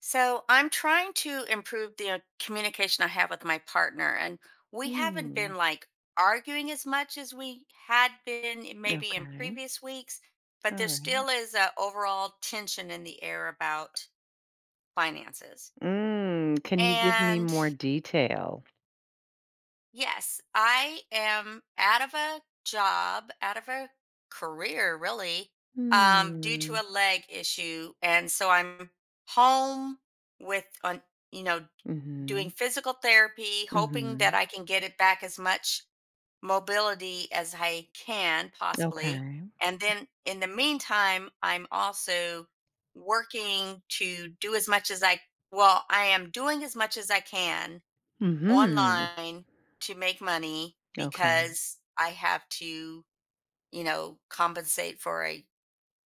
So I'm trying to improve the communication I have with my partner, and we haven't Hmm. been, like, arguing as much as we had been maybe in Okay. previous weeks, All but there right. still is a overall tension in the air about finances. Mm, can you give me And more detail? yes, I am out of a job, out of a career, really, due to Hmm. a leg issue, and so I'm home with on you know Mm-hmm. doing physical therapy, hoping Mm-hmm. that I can get it back as much mobility as I can possibly. Okay. And then in the meantime, I'm also working to do as much as I am doing as much as I can Mm-hmm. online to make money Okay. because I have to, compensate for a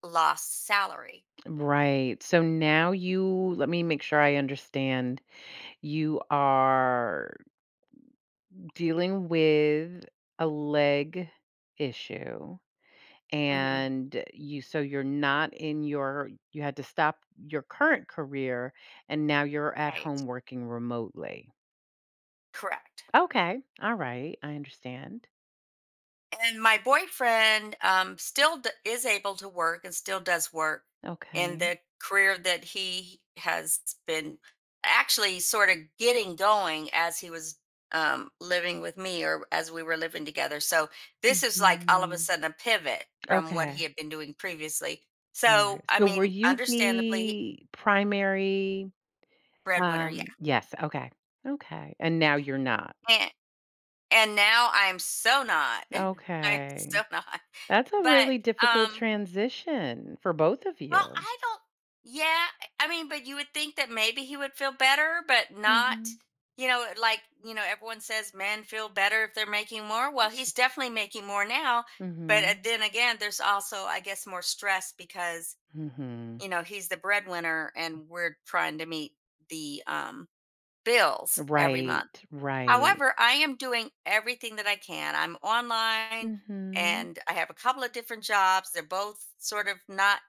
lost salary. Right. So now you, let me make sure I understand. You are dealing with a leg issue Hmm. and you so you're not in you had to stop your current career and now you're at Right. home working remotely. Correct. Okay. All right. I understand. And my boyfriend is able to work and still does work in Okay. the career that he has been actually sort of getting going as he was, living with me, or as we were living together. So this is, like, all of a Hmm. sudden a pivot from what he Okay. had been doing previously. All right. So, I So were mean, you understandably, the primary? breadwinner, yeah. Yes. Okay. Okay. And now you're not. And, and now I'm so not. I'm Okay. so not. That's a But really difficult um transition for both of you. I don't. Yeah, I mean, but you would think that maybe he would feel better, but not. Hmm. You know, everyone says men feel better if they're making more. Well, he's definitely making more now, but Hmm. then again, there's also, I guess, more stress because Hmm. you know he's the breadwinner and we're trying to meet the, bills every Right. month. Right. However, I am doing everything that I can. I'm online Hmm. and I have a couple of different jobs. They're both sort of not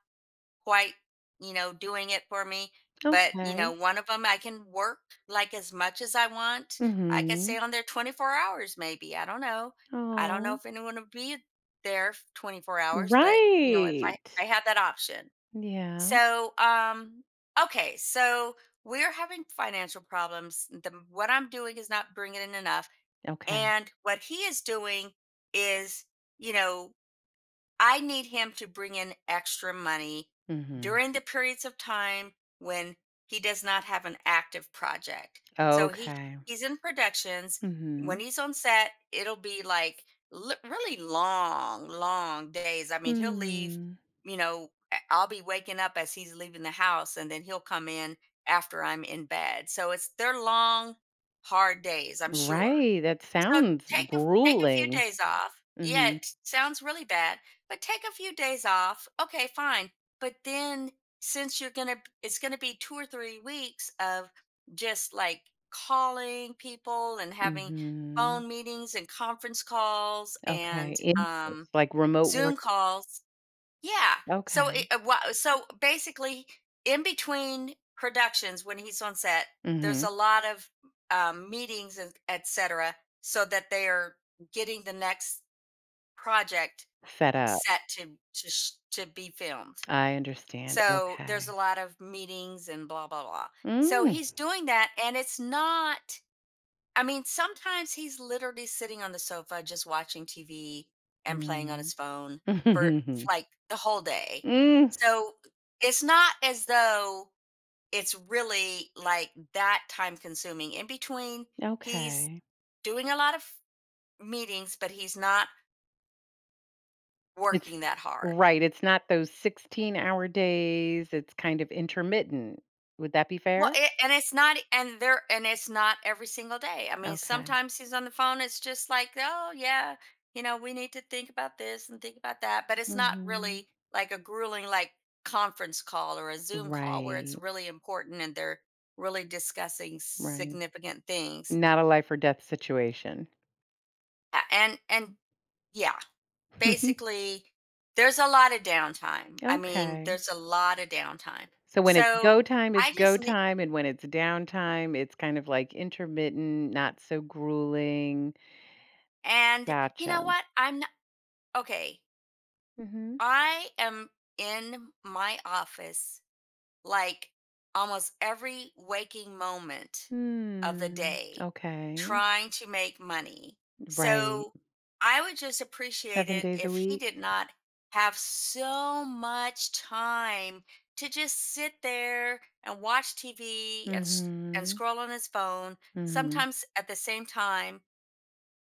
quite, you know, doing it for me. But, you know, Okay. one of them I can work like as much as I want. I could stay Hmm. on there 24 hours, maybe. I don't know. I don't know Oh, if anyone would be there 24 hours, but, you know, if right. I had that option. Yeah. So, okay. So we're having financial problems. What I'm doing is not bringing in enough. Okay. And what he is doing is, you know, I need him to bring in extra money Hmm. during the periods of time when he does not have an active project. So Okay. he's in productions. When Mhm. he's on set, it'll be like really long days. I mean, he'll leave, Mm. you know, I'll be waking up as he's leaving the house and then he'll come in after I'm in bed. So it's they're long, hard days, I'm sure. Right, that So sounds take a few grueling. days off. Yeah, Mhm. it sounds really bad, but take a few days off. Okay, fine. But then since you're gonna it's gonna be 2 or 3 weeks of just like calling people and having Mhm. phone meetings and conference calls Okay, and in like remote work, Zoom calls, yeah. So okay. So basically, in between productions, when he's on set, there's Mhm. a lot of, meetings and etc. So that they are getting the next project Set up. set to be filmed. I understand, So there's okay. a lot of meetings and blah blah blah. So Mm. he's doing that, and it's not, I mean, sometimes he's literally sitting on the sofa just watching TV and playing on Mm. his phone for like the whole day. Mm, So it's not as though it's really like that time consuming. In between, he's okay. doing a lot of meetings, but he's not It's working that hard. Right, it's not those 16-hour days, it's kind of intermittent. Would that be Well, fair? It's not and it's not every single day. I mean, Okay. sometimes he's on the phone, it's just like, "Oh, yeah, you know, we need to think about this and think about that." But it's not Mhm. really like a grueling, like, conference call or a Zoom call where it's Right, really important and they're really discussing right. significant things. Not a life or death situation. A- and yeah, basically there's a lot of downtime. I mean, Okay. there's a lot of downtime. So when So, it's I go just need time, and when it's downtime, it's kind of like intermittent, not so grueling. and you know Gotcha. what? I'm not okay. Mhm. I am in my office like almost every waking moment of the Hmm. day Okay. trying to make money. Right. So I would just appreciate 7 it days a if he week? did not have so much time to just sit there and watch TV and Mhm. scroll on his phone Mhm. sometimes at the same time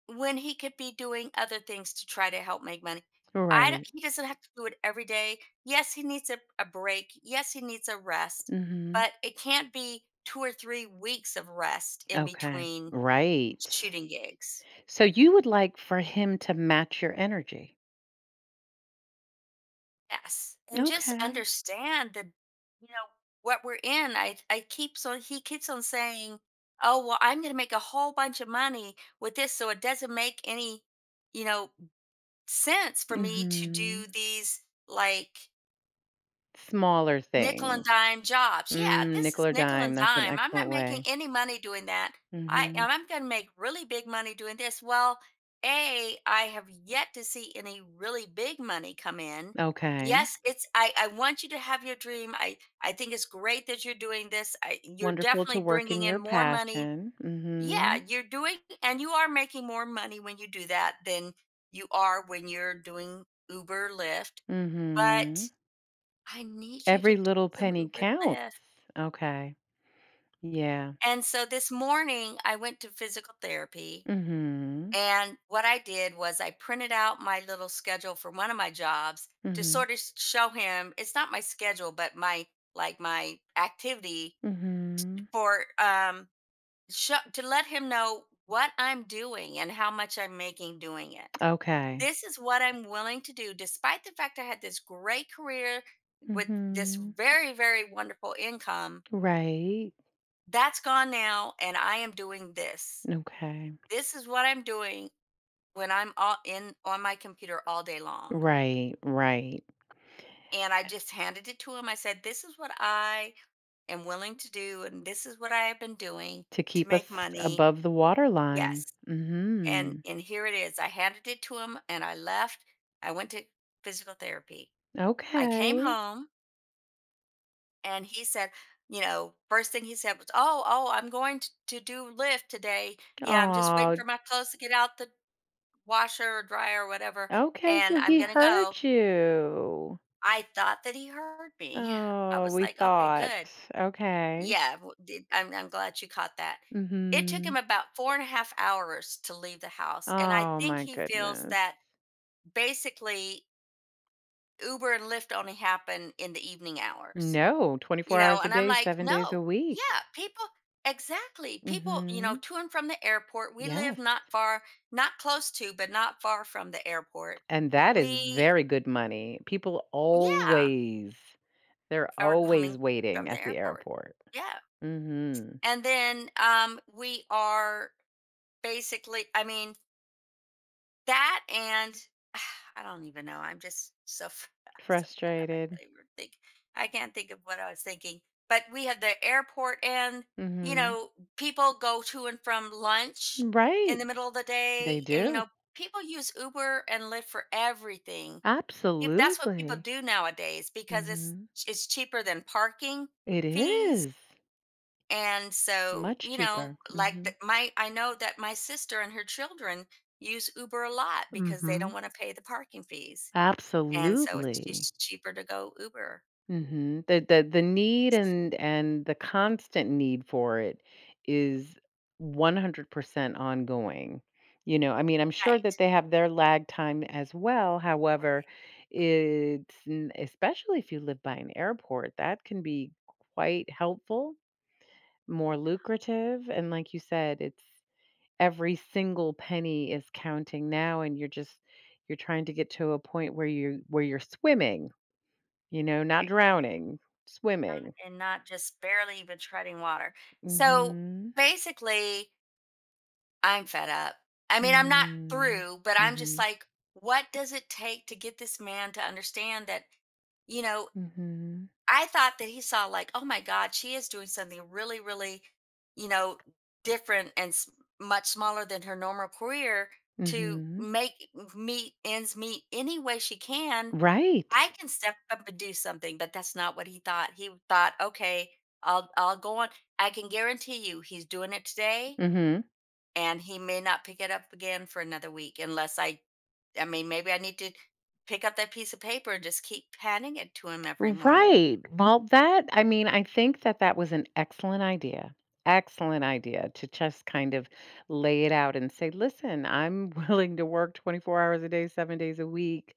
when he could be doing other things to try to help make money. I don't, Right. he doesn't have to do it every day. Yes, he needs a break. Yes, he needs a rest, Mhm. but it can't be 2 or 3 weeks of rest in Okay. between Right. shooting gigs. So you would like for him to match your energy. Yes, and just Okay. understand that you know what we're in. I keep so he keeps on saying, "Oh well, I'm going to make a whole bunch of money with this," so it doesn't make any, you know, sense for me to Mhm. do these, like, Smaller nickel and things. dime jobs. Yeah, Mm, this nickel is or nickel dime, and that's an dime. I'm excellent not making way. any money doing that. Mhm. I'm going to make really big money doing this. Well, A, I have yet to see any really big money come in. Okay. Yes, it's I want you to have your dream. I think it's great that you're doing this. I you're Wonderful to definitely work in bringing your in more money. passion. Yeah, Mhm. you're doing and you are making more money when you do that than you are when you're doing Uber, Lyft. Mhm. But I need you to Every do little some penny Uber counts. Lyft. Okay. Yeah. And so this morning I went to physical therapy. Mhm. And what I did was I printed out my little schedule for one of my jobs to Mhm. sort of show him it's not my schedule, but my, like, my activity Mhm. for show, to let him know what I'm doing and how much I'm making doing it. Okay. This is what I'm willing to do, despite the fact I had this great career with this Mhm. very, very wonderful income Right. that's gone now, and I am doing this. Okay. This is what I'm doing when I'm all in on my computer all day long. Right, right. And I just handed it to him. I said, this is what I am willing to do, and this is what I have been doing To to keep make us money, above the waterline. yes. and Mhm. and here it is. I handed it to him, and I left. I went to physical therapy. I came Okay. home, and he said, you know, first thing he said was, "Oh, oh, I'm going to do lift today. Yeah, I'm just waiting Oh. for my clothes to get out the washer, or dryer, or whatever, Okay, and so I'm he gonna go." heard you. I thought that he heard me. I Oh, was we like, okay, thought. good. Okay. Yeah, I'm glad you caught that. It took Mhm. him about four and a half hours to leave the house. And I Oh think my he feels goodness. that basically Uber and Lyft only happen in the evening hours, No, you 24 know? hours a And I'm day, like, 7 days a no, week. yeah, people, exactly. People, you know, Mhm. to and from the airport, we live Yes. not far, not close to, but not far from the airport. And that is we very good money. People Yeah, always they're are coming always from waiting the at the airport. airport. Yeah. Mhm. And then we are basically, I mean, that and I don't even know. I'm just so so fed up. I Frustrated. can't even think. I can't think of what I was thinking. But we have the airport, and, you Mhm. know, people go to and from lunch Right. in the middle of the They day, and, you do. know, people use Uber and Lyft for everything. If that's what people Absolutely. do nowadays, because Mhm. it's cheaper than parking It fees. is. And so, Much you know, cheaper. like Mhm. the, my I know that my sister and her children use Uber a lot because they don't Mhm. want to pay the parking fees. And so it's Absolutely. just cheaper to go Uber. Mhm. The need and the constant need for it is 100% ongoing. You know, I mean, I'm sure Right. that they have their lag time as well. However, it's n- especially if you live by an airport, that can be quite helpful, more Right. lucrative, and like you said, it's every single penny is counting now and you're just you're trying to get to a point where you're swimming, you know, not drowning, swimming. And not just barely even treading water. So Mhm. basically, I'm fed up. I mean, I'm not Mm. through, but I'm just Mhm. like, what does it take to get this man to understand that, you know, Mhm. I thought that he saw like, "Oh my god, she is doing something you know, different and much smaller than her normal career to Mhm. make meet ends meet any way she can. Right. I can step up and do something." But that's not what he thought. He thought, "Okay, I'll go on. I can guarantee you, he's doing it today, Mhm. and he may not pick it up again for another week unless I mean, maybe I need to." Pick up that piece of paper and just keep handing it to him every morning. Right. Well, that I mean, I think that that was an excellent idea. Excellent idea to just kind of lay it out and say, "Listen, I'm willing to work 24 hours a day, 7 days a week.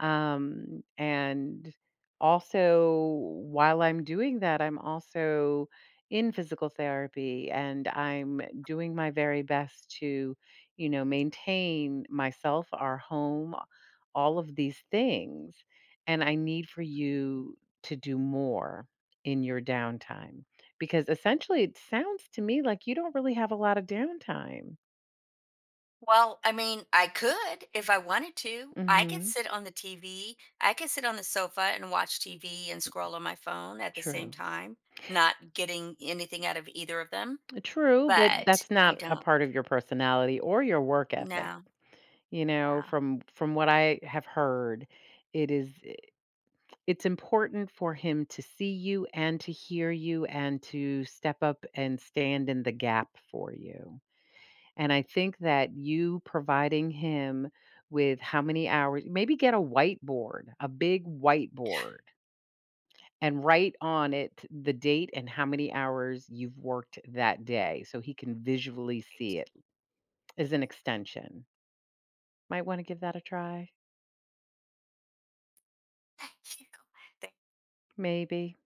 And also, while I'm doing that, I'm also in physical therapy and I'm doing my very best to, you know, maintain myself, our home, all of these things. And I need for you to do more in your downtime because essentially it sounds to me like you don't really have a lot of downtime. Well, I mean, I could if I wanted to. I could Mhm. sit on the TV. I could sit on the sofa and watch TV and scroll on my phone at the same True. time, not getting anything out of either of them. True, but But that's I not a don't. part of your personality or your work ethic. No. You know, Yeah. from what I have heard, it is I it's important for him to see you and to hear you and to step up and stand in the gap for you. And I think that you providing him with how many hours, maybe get a whiteboard, a big whiteboard, and write on it the date and how many hours you've worked that day so he can visually see it. Is an extension. Might wanna give that a try, Thank you. maybe.